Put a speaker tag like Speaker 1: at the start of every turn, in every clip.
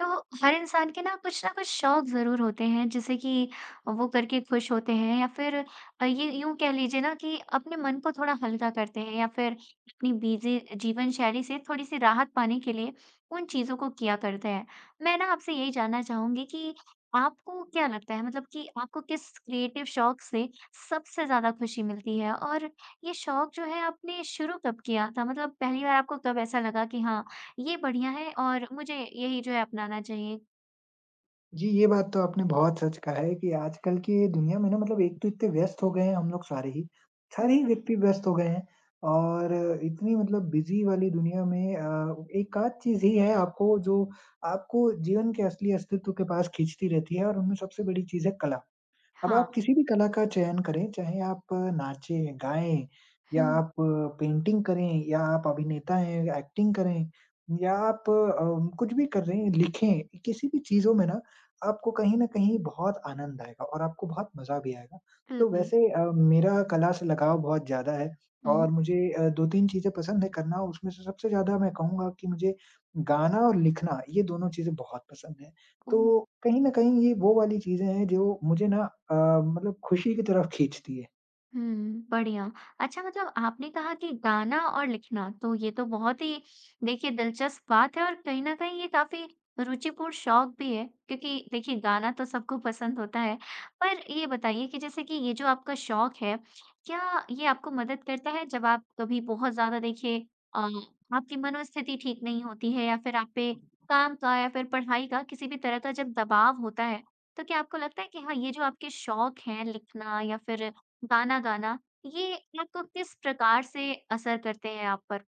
Speaker 1: तो हर इंसान के ना कुछ शौक ज़रूर होते हैं जैसे कि वो करके खुश होते हैं या फिर ये यूँ कह लीजिए ना कि अपने मन को थोड़ा हल्का करते हैं या फिर अपनी बिजी जीवन शैली से थोड़ी-सी राहत पाने के लिए उन चीज़ों को किया करते हैं। मैं ना आपसे यही जानना चाहूँगी कि आपको क्या लगता है मतलब कि आपको किस क्रिएटिव शौक से सबसे ज़्यादा खुशी मिलती है? और ये शौक जो है आपने शुरू कब किया था? मतलब पहली बार आपको कब ऐसा लगा कि हाँ, ये बढ़िया है और मुझे यही जो है अपनाना चाहिए।
Speaker 2: जी, ये बात तो आपने बहुत सच कहा है कि आजकल की दुनिया में ना मतलब एक तो इतने व्यस्त हो गए हैं हम लोग सारे ही, सारे
Speaker 1: हुँ।
Speaker 2: ही व्यक्ति व्यस्त हो गए हैं। और इतनी मतलब बिज़ी वाली दुनिया में एकाध चीज़ ही है आपको जो आपको जीवन के असली अस्तित्व के पास खींचती रहती है, और उनमें सबसे बड़ी चीज़ है कला। अब
Speaker 1: हाँ।
Speaker 2: आप किसी भी कला का चयन करें, चाहे आप नाचें, गाएँ
Speaker 1: हुँ,
Speaker 2: या आप पेंटिंग करें या आप अभिनेता हैं, एक्टिंग करें या आप कुछ भी कर रहे हैं, लिखें, किसी भी चीज़ों में ना आपको कहीं न कहीं बहुत आनंद आएगा और आपको बहुत मज़ा भी आएगा। तो
Speaker 1: बिल्कुल।
Speaker 2: वैसे मेरा कला से लगाव बहुत ज़्यादा है, और
Speaker 1: हुँ।
Speaker 2: मुझे 2-3 चीज़ें पसंद है करना। उसमें से सबसे ज़्यादा मैं कहूँगा कि मुझे गाना और लिखना, ये दोनों चीज़ें बहुत पसंद है।
Speaker 1: ओह!
Speaker 2: तो कहीं न कहीं ये वो वाली चीज़ें हैं जो मुझे ना मतलब खुशी की तरफ खींचती है।
Speaker 1: हुँ, बढ़िया। अच्छा मतलब आपने कहा कि गाना और लिखना, तो ये तो बहुत ही देखिए दिलचस्प बात है और कहीं न कहीं ये काफ़ी रुचिपूर्ण शौक भी है, क्योंकि देखिए गाना तो सबको पसंद होता है। पर ये बताइए कि जैसे कि ये जो आपका शौक है, क्या ये आपको मदद करता है जब आप कभी बहुत ज़्यादा देखिए अ, आपकी मनोस्थिति ठीक नहीं होती है या फिर आप पे काम का या फिर पढ़ाई का किसी भी तरह का जब दबाव होता है, तो क्या आपको लगता है कि हाँ, ये जो आपके शौक हैं लिखना या फिर गाना गाना, ये आपको किस प्रकार से असर करते हैं आप पर?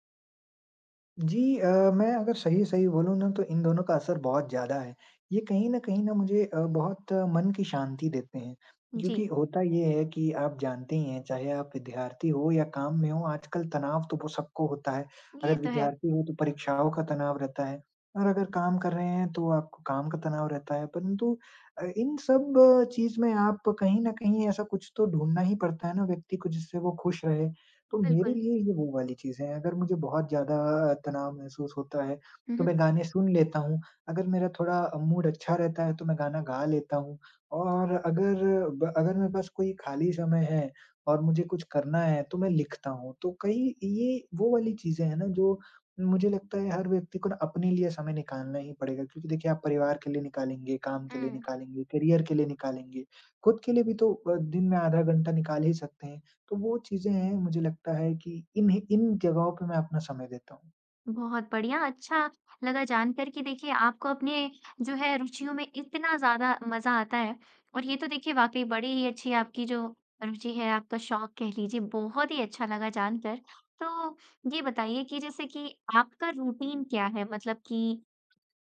Speaker 2: जी। मैं अगर सही-सही बोलूँ ना तो इन दोनों का असर बहुत ज़्यादा है। ये कहीं न कहीं ना मुझे बहुत मन की शांति देते हैं, क्योंकि
Speaker 1: जी,
Speaker 2: होता ये है कि आप जानते ही हैं, चाहे आप विद्यार्थी हो या काम में हो, आजकल तनाव तो वो सबको होता है।
Speaker 1: ये
Speaker 2: अगर
Speaker 1: तो है,
Speaker 2: विद्यार्थी हो तो परीक्षाओं का तनाव रहता है, और अगर काम कर रहे हैं तो आपको काम का तनाव रहता है। परंतु इन सब चीज़ में आप कहीं न कहीं ऐसा कुछ तो ढूँढना ही पड़ता है ना व्यक्ति को, जिससे वो खुश रहे। तो मेरे
Speaker 1: बिल्कुल।
Speaker 2: लिए ये वो वाली चीज़ है, अगर मुझे बहुत ज़्यादा तनाव महसूस होता है,
Speaker 1: हुँ,
Speaker 2: तो
Speaker 1: हुँ।
Speaker 2: मैं गाने सुन लेता हूँ। अगर मेरा थोड़ा मूड अच्छा रहता है, तो मैं गाना गा लेता हूँ, और अगर मेरे पास कोई खाली समय है और मुझे कुछ करना है, तो मैं लिखता हूँ। तो कई ये वो वाली चीज़ें हैं ना, जो मुझे लगता है हर व्यक्ति को ना अपने लिए समय निकालना ही पड़ेगा, क्योंकि देखिए आप परिवार के लिए निकालेंगे, काम के लिए
Speaker 1: हुँ,
Speaker 2: निकालेंगे, करियर के लिए निकालेंगे, खुद के लिए भी तो दिन में आधा घंटा निकाल ही सकते हैं। तो वो चीज़ें हैं, मुझे लगता है कि इन्हें इन जगहों पे मैं अपना समय देता हूँ।
Speaker 1: बहुत बढ़िया, अच्छा लगा जानकर कि देखिए आपको अपने जो है रुचियों में इतना ज़्यादा मज़ा आता है और ये तो देखिए वाक़ई बड़ी ही अच्छी आपकी जो रुचि है, आपका शौक कह लीजिए, बहुत ही अच्छा लगा जानकर। तो ये बताइए कि जैसे कि आपका रूटीन क्या है? मतलब कि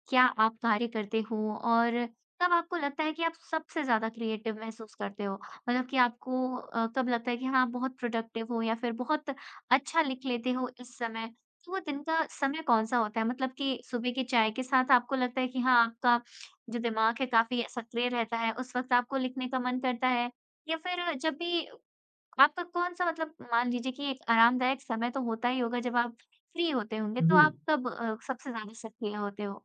Speaker 1: क्या आप कार्य करते हो और कब आपको लगता है कि आप सबसे ज़्यादा क्रिएटिव महसूस करते हो? मतलब कि आपको कब लगता है कि हाँ, आप बहुत प्रोडक्टिव हो या फिर बहुत अच्छा लिख लेते हो इस समय? तो वो दिन का समय कौन-सा होता है? मतलब कि सुबह की चाय के साथ आपको लगता है कि हाँ, आपका जो दिमाग है काफ़ी सक्रिय रहता है, उस वक़्त आपको लिखने का मन करता है? या फिर जब भी आपका कौन-सा मतलब मान लीजिए कि एक आरामदायक समय तो होता ही होगा जब आप फ्री होते होंगे, तो
Speaker 2: जी।
Speaker 1: आप कब सबसे ज़्यादा सक्रिय होते हो?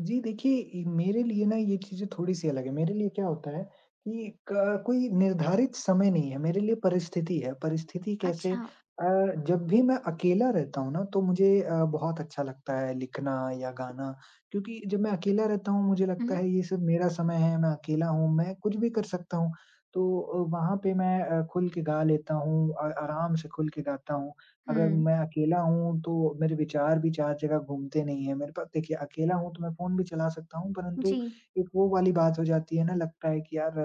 Speaker 2: जी, देखिए इ मेरे लिए ना ये चीज़ें थोड़ी-सी अलग है। मेरे लिए क्या होता है कि क कोई निर्धारित समय नहीं है, मेरे लिए परिस्थिति है।
Speaker 1: अच्छा।
Speaker 2: जब भी मैं अकेला रहता हूँ ना तो मुझे बहुत अच्छा लगता है लिखना या गाना, क्योंकि जब मैं अकेला रहता हूँ मुझे
Speaker 1: हुँ,
Speaker 2: लगता
Speaker 1: हुँ।
Speaker 2: है ये सब मेरा समय है, मैं अकेला हूँ, मैं कुछ भी कर सकता हूँ। तो वहाँ पे मैं खुल के गा लेता हूँ, आराम से खुल के गाता हूँ। अगर
Speaker 1: हुँ,
Speaker 2: मैं अकेला हूँ, तो मेरे विचार भी चार जगह घूमते नहीं हैं। मेरे पास देखिए अकेला हूँ, तो मैं फ़ोन भी चला सकता हूँ, परंतु
Speaker 1: जी।
Speaker 2: एक वो वाली बात हो जाती है ना, लगता है कि यार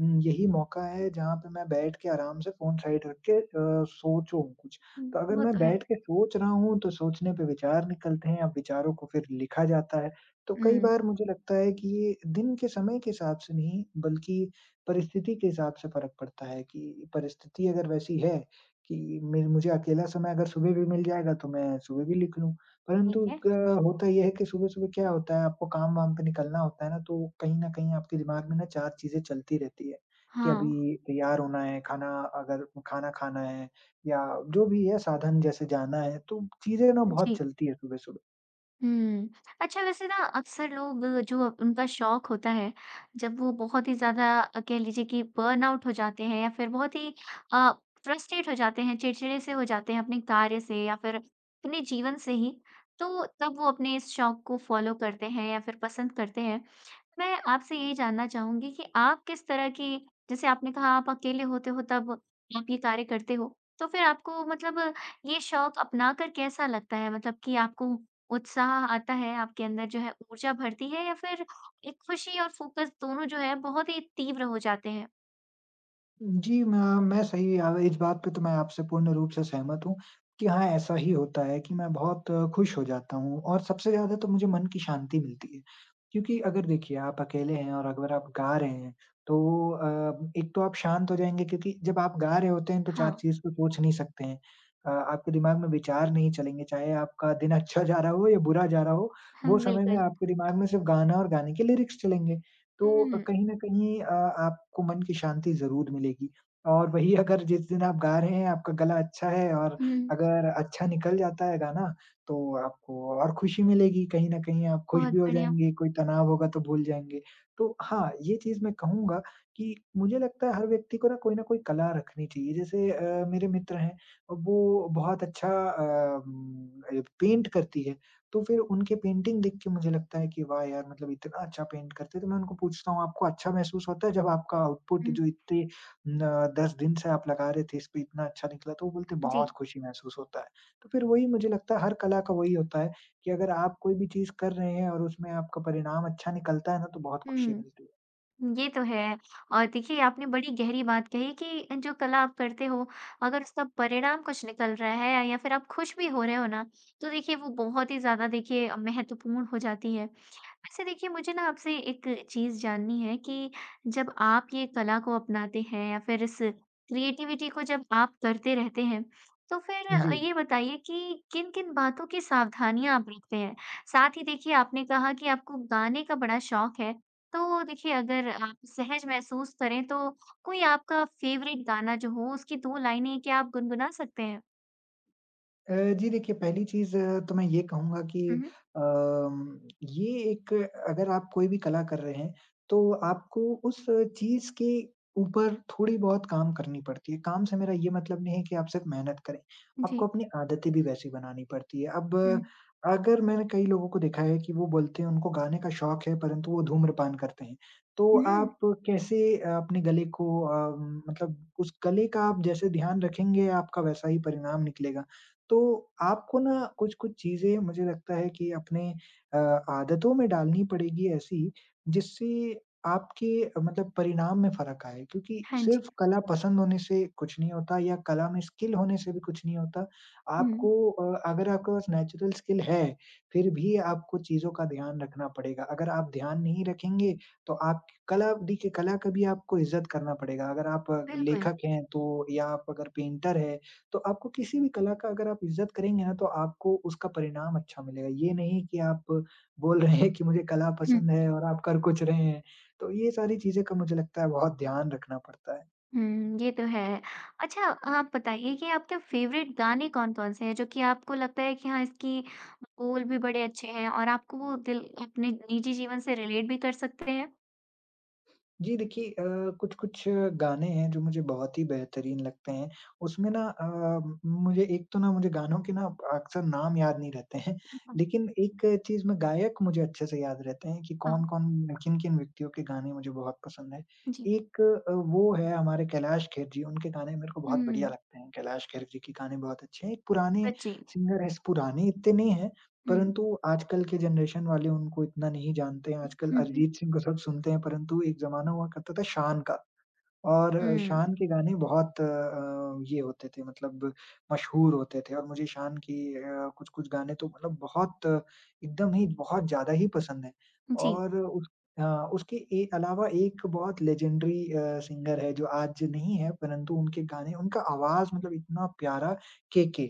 Speaker 2: यही मौका है जहाँ पे मैं बैठ के आराम से फ़ोन साइड रख के सोचूँ कुछ।
Speaker 1: हुँ,
Speaker 2: तो अगर
Speaker 1: वो
Speaker 2: मैं
Speaker 1: तो है।
Speaker 2: बैठ के सोच रहा हूँ, तो सोचने पे विचार निकलते हैं, अब विचारों को फिर लिखा जाता है। तो कई
Speaker 1: हुँ,
Speaker 2: बार मुझे लगता है कि ये दिन के समय के हिसाब से नहीं, बल्कि परिस्थिति के हिसाब से फ़र्क पड़ता है, कि परिस्थिति अगर वैसी है कि मैं मुझे अकेला समय अगर सुबह भी मिल जाएगा तो मैं सुबह भी लिख लूँ।
Speaker 1: ठीक
Speaker 2: परंतु
Speaker 1: है।
Speaker 2: ग होता ये है कि सुबह-सुबह क्या होता है आपको काम-वाम पे निकलना होता है ना, तो कहीं न कहीं आपके दिमाग में ना 4 चीज़ें चलती रहती है, कि
Speaker 1: हाँ,
Speaker 2: अभी तैयार होना है, खाना अगर खाना खाना है या जो भी है साधन जैसे जाना है, तो चीज़ें ना बहुत
Speaker 1: जी।
Speaker 2: चलती है सुबह-सुबह।
Speaker 1: हुँ। अच्छा वैसे ना अक्सर लोग जो उनका शौक होता है, जब वो बहुत ही ज़्यादा कह लीजिए कि बर्नआउट हो जाते हैं या फिर बहुत ही अ, फ्रस्ट्रेट हो जाते हैं, चिड़चिड़े से हो जाते हैं अपने कार्य से या फिर अपने जीवन से ही, तो तब वो अपने इस शौक को फ़ॉलो करते हैं या फिर पसंद करते हैं। मैं आपसे यही जानना चाहूँगी कि आप किस तरह की जैसे आपने कहा आप अकेले होते हो तब आप ये कार्य करते हो। तो फिर आपको मतलब ये शौक अपना कर कैसा लगता है? मतलब कि आपको उत्साह आता है, आपके अंदर जो है ऊर्जा भरती है या फिर एक खुशी और फ़ोकस दोनों जो है बहुत ही तीव्र हो जाते हैं?
Speaker 2: जी, मैं सही इस बात पे तो मैं आपसे पूर्ण रूप से सहमत हूँ कि हाँ, ऐसा ही होता है कि मैं बहुत खुश हो जाता हूँ, और सबसे ज़्यादा तो मुझे मन की शांति मिलती है। क्योंकि अगर देखिए आप अकेले हैं और अगर आप गा रहे हैं तो एक तो आप शांत हो जाएँगे, क्योंकि जब आप गा रहे होते हैं तो 4
Speaker 1: हाँ,
Speaker 2: चीज़ को सोच नहीं सकते हैं। आपके दिमाग में विचार नहीं चलेंगे, चाहे आपका दिन अच्छा जा रहा हो या बुरा जा रहा हो,
Speaker 1: हुँ,
Speaker 2: वो समय में
Speaker 1: बिल्कुल।
Speaker 2: आपके दिमाग में सिर्फ़ गाना और गाने के लिरिक्स चलेंगे।
Speaker 1: हुँ,
Speaker 2: तो
Speaker 1: हुँ,
Speaker 2: कहीं न कहीं आपको मन की शांति ज़रूर मिलेगी। और वही अगर जिस दिन आप गा रहे हैं, आपका गला अच्छा है और
Speaker 1: हुँ,
Speaker 2: अगर अच्छा निकल जाता है गाना, तो आपको और खुशी मिलेगी। कहीं न कहीं आप खुश
Speaker 1: बहुत
Speaker 2: भी हो
Speaker 1: बढ़िया।
Speaker 2: जाएँगे, कोई तनाव होगा तो भूल जाएँगे। तो हाँ, ये चीज़ मैं कहूँगा कि मुझे लगता है हर व्यक्ति को ना कोई कला रखनी चाहिए। जैसे मेरे मित्र हैं, वो बहुत अच्छा पेंट करती है। तो फिर उनके पेंटिंग देख के मुझे लगता है कि वाह यार! मतलब इतना अच्छा पेंट करते हैं, तो मैं उनको पूछता हूँ आपको अच्छा महसूस होता है जब आपका आउटपुट,
Speaker 1: हुँ,
Speaker 2: जो इतने न 10 दिन से आप लगा रहे थे इस पे, इतना अच्छा निकला? तो वो बोलते हैं बहुत
Speaker 1: जी,
Speaker 2: खुशी महसूस होता है। तो फिर वही मुझे लगता है हर कला का वही होता है कि अगर आप कोई भी चीज़ कर रहे हैं और उसमें आपका परिणाम अच्छा निकलता है ना, तो बहुत खुशी मिलती
Speaker 1: हुँ।
Speaker 2: है।
Speaker 1: ये तो है। और देखिए, आपने बड़ी गहरी बात कही कि जो कला आप करते हो, अगर उसका परिणाम कुछ निकल रहा है या फिर आप खुश भी हो रहे हो ना, तो देखिए वो बहुत ही ज़्यादा देखिए महत्वपूर्ण हो जाती है। वैसे देखिए मुझे ना आपसे एक चीज़ जाननी है कि जब आप ये कला को अपनाते हैं या फिर इस क्रिएटिविटी को जब आप करते रहते हैं, तो फिर
Speaker 2: जी।
Speaker 1: ये बताइए कि किन-किन बातों की सावधानियाँ आप रखते हैं? साथ ही देखिए आपने कहा कि आपको गाने का बड़ा शौक है, तो देखिए अगर आप सहज महसूस करें तो कोई आपका फ़ेवरेट गाना जो हो उसकी 2 लाइनें क्या आप गुनगुना सकते हैं?
Speaker 2: अ, जी देखिए, पहली चीज़ तो मैं ये कहूँगा कि
Speaker 1: हुँ, हुँ।
Speaker 2: ये एक अगर आप कोई भी कला कर रहे हैं, तो आपको उस चीज़ के ऊपर थोड़ी बहुत काम करनी पड़ती है। काम से मेरा ये मतलब नहीं है कि आप सिर्फ़ मेहनत करें,
Speaker 1: जी।
Speaker 2: आपको अपनी आदतें भी वैसी बनानी पड़ती है। अब
Speaker 1: हुँ।
Speaker 2: अगर मैंने कई लोगों को देखा है कि वो बोलते हैं उनको गाने का शौक है, परंतु वो धूम्रपान करते हैं। तो
Speaker 1: हुँ।
Speaker 2: आप कैसे अपने गले को मतलब उस गले का आप जैसे ध्यान रखेंगे, आपका वैसा ही परिणाम निकलेगा। तो आपको ना कुछ-कुछ चीज़ें मुझे लगता है कि अपने अ, आदतों में डालनी पड़ेगी ऐसी, जिससे आपके मतलब परिणाम में फ़र्क आए। क्योंकि
Speaker 1: हाँ जी।
Speaker 2: सिर्फ़ कला पसंद होने से कुछ नहीं होता, या कला में स्किल होने से भी कुछ नहीं होता।
Speaker 1: हुँ,
Speaker 2: आपको अगर आपके पास नेचुरल स्किल है, फिर भी आपको चीज़ों का ध्यान रखना पड़ेगा। अगर आप ध्यान नहीं रखेंगे, तो आप कला, देखिए कला का भी आपको इज़्ज़त करना पड़ेगा। अगर आप
Speaker 1: बिल्कुल।
Speaker 2: लेखक हैं तो, या आप अगर पेंटर हैं, तो आपको किसी भी कला का अगर आप इज़्ज़त करेंगे ना, तो आपको उसका परिणाम अच्छा मिलेगा। ये नहीं कि आप बोल रहे हैं कि मुझे कला
Speaker 1: हुँ।
Speaker 2: पसंद है और आप कर कुछ रहे हैं। तो ये सारी चीज़ें का मुझे लगता है बहुत ध्यान रखना पड़ता है।
Speaker 1: हुँ, ये तो है। अच्छा आप बताइए कि आपके फ़ेवरेट गाने कौन-कौन से हैं जो कि आपको लगता है कि हाँ, इसकी बोल भी बड़े अच्छे हैं और आपको वो दिल अपने निजी जीवन से रिलेट भी कर सकते हैं?
Speaker 2: जी देखिए, कुछ-कुछ गाने हैं जो मुझे बहुत ही बेहतरीन लगते हैं। उसमें ना मुझे एक तो ना, मुझे गानों के ना अक्सर नाम याद नहीं रहते हैं,
Speaker 1: हाँ,
Speaker 2: लेकिन एक चीज़ में गायक मुझे अच्छे से याद रहते हैं कि
Speaker 1: हाँ,
Speaker 2: कौन-कौन, किन-किन व्यक्तियों के गाने मुझे बहुत पसंद हैं।
Speaker 1: जी।
Speaker 2: एक वो है हमारे कैलाश खेर जी, उनके गाने मेरे को बहुत बढ़िया
Speaker 1: हुँ,
Speaker 2: लगते हैं। कैलाश खेर जी के गाने बहुत अच्छे हैं। एक पुराने
Speaker 1: सच्ची।
Speaker 2: सिंगर हैं, पुराने इतने नहीं हैं
Speaker 1: हुँ।
Speaker 2: परंतु आजकल के जनरेशन वाले उनको इतना नहीं जानते हैं, आजकल
Speaker 1: हुँ, हुँ,
Speaker 2: अरिजीत सिंह को सब सुनते हैं, परंतु एक ज़माना हुआ करता था शान का। और
Speaker 1: हुँ।
Speaker 2: शान के गाने बहुत ये होते थे, मतलब मशहूर होते थे, और मुझे शान की कुछ-कुछ गाने तो मतलब बहुत एकदम ही बहुत ज़्यादा ही पसंद हैं।
Speaker 1: जी।
Speaker 2: और अ, उसके ए अलावा एक बहुत लेजेंडरी सिंगर है जो आज नहीं है, परंतु उनके गाने, उनका आवाज़ मतलब इतना प्यारा, केके।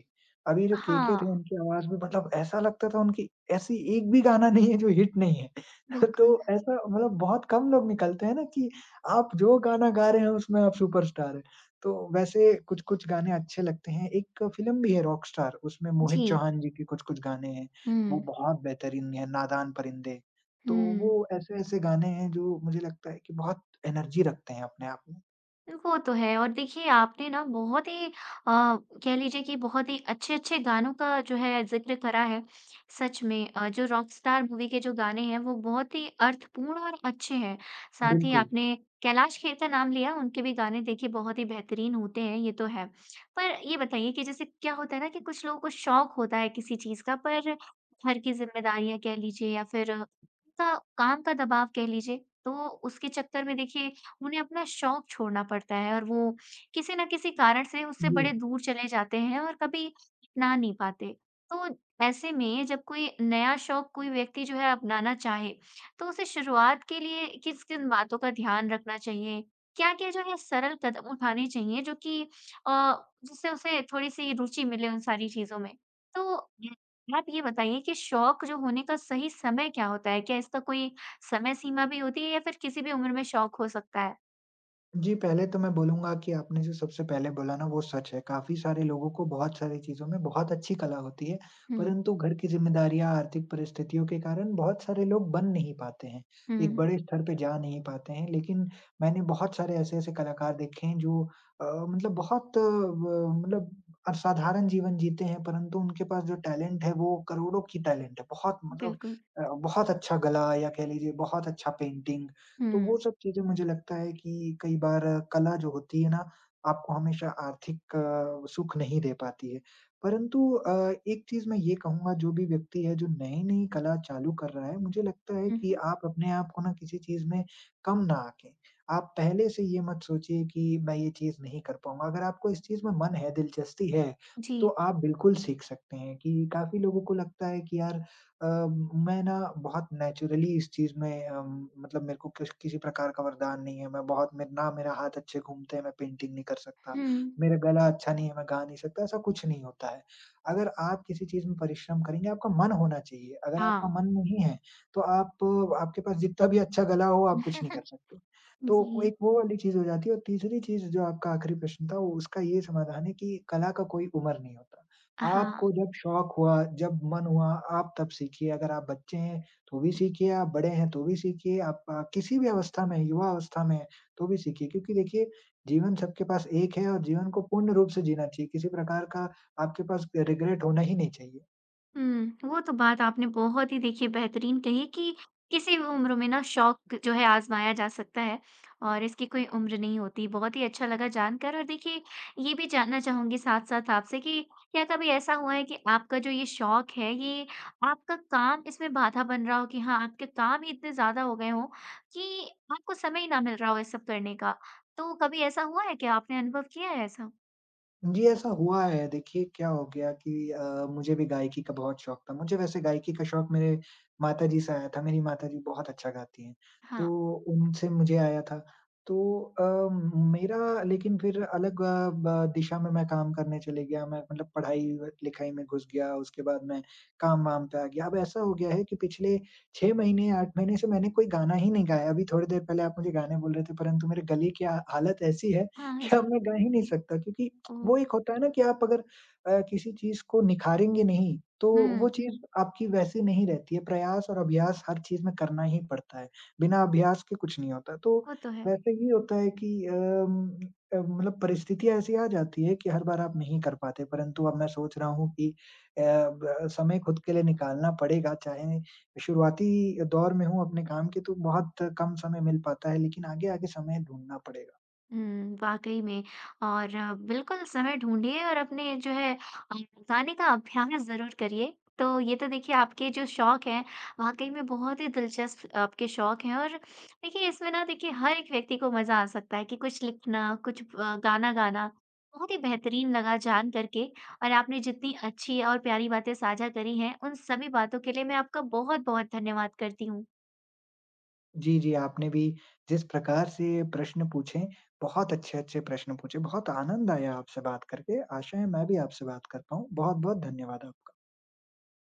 Speaker 2: अभी जो केके थे
Speaker 1: हाँ,
Speaker 2: उनकी आवाज़ में मतलब ऐसा लगता था, उनकी ऐसी एक भी गाना नहीं है जो हिट नहीं है। तो
Speaker 1: बिल्कुल।
Speaker 2: ऐसा मतलब बहुत कम लोग निकलते हैं ना, कि आप जो गाना गा रहे हैं उसमें आप सुपरस्टार हैं। तो वैसे कुछ-कुछ गाने अच्छे लगते हैं। एक फ़िल्म भी है रॉकस्टार, उसमें
Speaker 1: जी।
Speaker 2: मोहित चौहान जी के कुछ-कुछ गाने हैं। वो
Speaker 1: हुँ,
Speaker 2: बहुत बेहतरीन है, नादान परिंदे। तो
Speaker 1: हुँ।
Speaker 2: वो ऐसे-ऐसे गाने हैं जो मुझे लगता है कि बहुत एनर्जी रखते हैं अपने आप में।
Speaker 1: वो तो है और देखिए आपने ना बहुत ही आ, कह लीजिए कि बहुत ही अच्छे-अच्छे गानों का जो है ज़िक्र करा है। सच में जो रॉकस्टार मूवी के जो गाने हैं वो बहुत ही अर्थपूर्ण और अच्छे हैं। साथ ही
Speaker 2: बिल्कुल।
Speaker 1: आपने कैलाश खेर का नाम लिया, उनके भी गाने देखिए बहुत ही बेहतरीन होते हैं, ये तो है। पर ये बताइए कि जैसे क्या होता है ना कि कुछ लोगों को शौक होता है किसी चीज़ का पर घर की जिम्मेदारियाँ कह लीजिए या फिर का काम का दबाव कह लीजिए, तो उसके चक्कर में देखिए उन्हें अपना शौक छोड़ना पड़ता है और वो किसी न किसी कारण से उससे
Speaker 2: जी।
Speaker 1: बड़े दूर चले जाते हैं और कभी अपना नहीं पाते। तो ऐसे में जब कोई नया शौक कोई व्यक्ति जो है अपनाना चाहे, तो उसे शुरुआत के लिए किन-किन बातों का ध्यान रखना चाहिए? क्या-क्या जो है सरल कदम उठाने चाहिए जो कि अ, जिससे उसे थोड़ी-सी रुचि मिले उन सारी चीज़ों में? तो आप ये बताइए कि शौक जो होने का सही समय क्या होता है? क्या इसका कोई समय सीमा भी होती है या फिर किसी भी उम्र में शौक हो सकता है?
Speaker 2: जी, पहले तो मैं बोलूँगा कि आपने जो सबसे पहले बोला ना वो सच है। काफ़ी सारे लोगों को बहुत सारी चीज़ों में बहुत अच्छी कला होती है,
Speaker 1: हुँ,
Speaker 2: परंतु घर की ज़िम्मेदारियाँ, आर्थिक परिस्थितियों के कारण बहुत सारे लोग बन नहीं पाते हैं, एक
Speaker 1: हुँ।
Speaker 2: बड़े स्तर पे जा नहीं पाते हैं। लेकिन मैंने बहुत सारे ऐसे-ऐसे कलाकार देखे हैं जो मतलब बहुत ब मतलब असाधारण जीवन जीते हैं, परंतु उनके पास जो टैलेंट है वो करोड़ों की टैलेंट है। बहुत मतलब
Speaker 1: बिल्कुल।
Speaker 2: बहुत अच्छा गला या कह लीजिए बहुत अच्छा पेंटिंग। तो वो
Speaker 1: हुँ।
Speaker 2: सब चीज़ें मुझे लगता है कि कई बार कला जो होती है ना, आपको हमेशा आर्थिक सुख नहीं दे पाती है। परंतु अ, एक चीज़ मैं ये कहूँगा जो भी व्यक्ति है जो नई-नई कला चालू कर रहा है, मुझे लगता है
Speaker 1: हुँ,
Speaker 2: कि
Speaker 1: हुँ।
Speaker 2: आप अपने आप को ना किसी चीज़ में कम ना आँकें। आप पहले से ये मत सोचिए कि मैं ये चीज़ नहीं कर पाऊँगा, अगर आपको इस चीज़ में मन है, दिलचस्पी है,
Speaker 1: जी।
Speaker 2: तो आप बिल्कुल सीख सकते हैं कि काफ़ी लोगों को लगता है कि यार अ, मैं ना बहुत नेचुरली इस चीज़ में मतलब मेरे को किसी प्रकार का वरदान नहीं है। मैं बहुत मेरे ना मेरा हाथ अच्छे घूमते हैं, मैं पेंटिंग नहीं कर सकता।
Speaker 1: हुँ।
Speaker 2: मेरा गला अच्छा नहीं है, मैं गा नहीं सकता, ऐसा कुछ नहीं होता है। अगर आप किसी चीज़ में परिश्रम करेंगे, आपका मन होना चाहिए। अगर आपका
Speaker 1: हाँ।
Speaker 2: मन नहीं है, तो आप आपके पास जितना भी अच्छा गला हो, आप कुछ नहीं कर सकते। तो वो
Speaker 1: जी।
Speaker 2: एक वो वाली चीज़ हो जाती है और तीसरी चीज़ जो आपका आखिरी प्रश्न था, वो उसका ये समाधान है कि कला का कोई उम्र नहीं होता।
Speaker 1: हाँ।
Speaker 2: आपको जब शौक हुआ, जब मन हुआ, आप तब सीखिए। अगर आप बच्चे हैं, तो भी सीखिए, आप बड़े हैं, तो भी सीखिए, आप किसी भी अवस्था में हैं, युवा अवस्था में हैं, तो भी सीखिए। क्योंकि देखिए, जीवन सबके पास एक है और जीवन को पूर्ण रूप से जीना चाहिए। किसी प्रकार का आपके पास रिग्रेट होना ही नहीं चाहिए।
Speaker 1: हुँ, वो तो बात आपने बहुत ही देखिए बेहतरीन कही कि किसी भी उम्र में ना शौक जो है आज़माया जा सकता है और इसकी कोई उम्र नहीं होती। बहुत ही अच्छा लगा जानकर और देखिए ये भी जानना चाहूँगी साथ-साथ आपसे कि क्या कभी ऐसा हुआ है कि आपका जो ये शौक है ये आपका काम इसमें बाधा बन रहा हो कि हाँ, आपके काम ही इतने ज़्यादा हो गए हों कि आपको समय ही ना मिल रहा हो ये सब करने का? तो कभी ऐसा हुआ है क्या? आपने अनुभव किया है ऐसा?
Speaker 2: जी, ऐसा हुआ है। देखिए, क्या हो गया कि मुझे भी गायकी का बहुत शौक था। मुझे वैसे गायकी का शौक मेरे माताजी से आया था। मेरी माताजी बहुत अच्छा गाती हैं,
Speaker 1: हाँ।
Speaker 2: तो उनसे मुझे आया था। तो अ, मेरा लेकिन फिर अलग अ, ब दिशा में मैं काम करने चले गया। मैं मतलब पढ़ाई-लिखाई में घुस गया, उसके बाद मैं काम-वाम पे आ गया। अब ऐसा हो गया है कि पिछले 6 महीने, 8 महीने से मैंने कोई गाना ही नहीं गाया। अभी थोड़ी देर पहले आप मुझे गाने बोल रहे थे, परंतु मेरे गले की हालत ऐसी है
Speaker 1: हाँ, हाँ
Speaker 2: कि
Speaker 1: जी।
Speaker 2: अब मैं गा ही नहीं सकता क्योंकि
Speaker 1: ओह!
Speaker 2: वो एक होता है ना कि आप अगर किसी चीज़ को निखारेंगे नहीं, तो वो
Speaker 1: हुँ,
Speaker 2: चीज़ आपकी वैसी नहीं रहती है। प्रयास और अभ्यास हर चीज़ में करना ही पड़ता है। बिना अभ्यास के कुछ नहीं होता। तो
Speaker 1: वो तो है।
Speaker 2: वैसे ही होता है कि मतलब परिस्थितियाँ ऐसी आ जाती है कि हर बार आप नहीं कर पाते, परंतु अब मैं सोच रहा हूँ कि अ, ब समय खुद के लिए निकालना पड़ेगा। चाहे शुरुआती दौर में हूँ अपने काम के, तो बहुत कम समय मिल पाता है, लेकिन आगे-आगे समय ढूँढना पड़ेगा।
Speaker 1: हुँ, वाक़ई में और बिल्कुल समय ढूँढिए और अपने जो है गाने का अभ्यास ज़रूर करिए। तो ये तो देखिए आपके जो शौक हैं, वाक़ई में बहुत ही दिलचस्प आपके शौक हैं और देखिए इसमें ना देखिए हर एक व्यक्ति को मज़ा आ सकता है कि कुछ लिखना, कुछ गाना गाना, बहुत ही बेहतरीन लगा जान कर के और आपने जितनी अच्छी और प्यारी बातें साझा करी हैं, उन सभी बातों के लिए मैं आपका बहुत-बहुत धन्यवाद करती हूँ।
Speaker 2: जी, जी, आपने भी जिस प्रकार से प्रश्न पूछे, बहुत अच्छे-अच्छे प्रश्न पूछे, बहुत आनंद आया आपसे बात करके। आशा है मैं भी आपसे बात कर पाऊँ। बहुत-बहुत धन्यवाद आपका।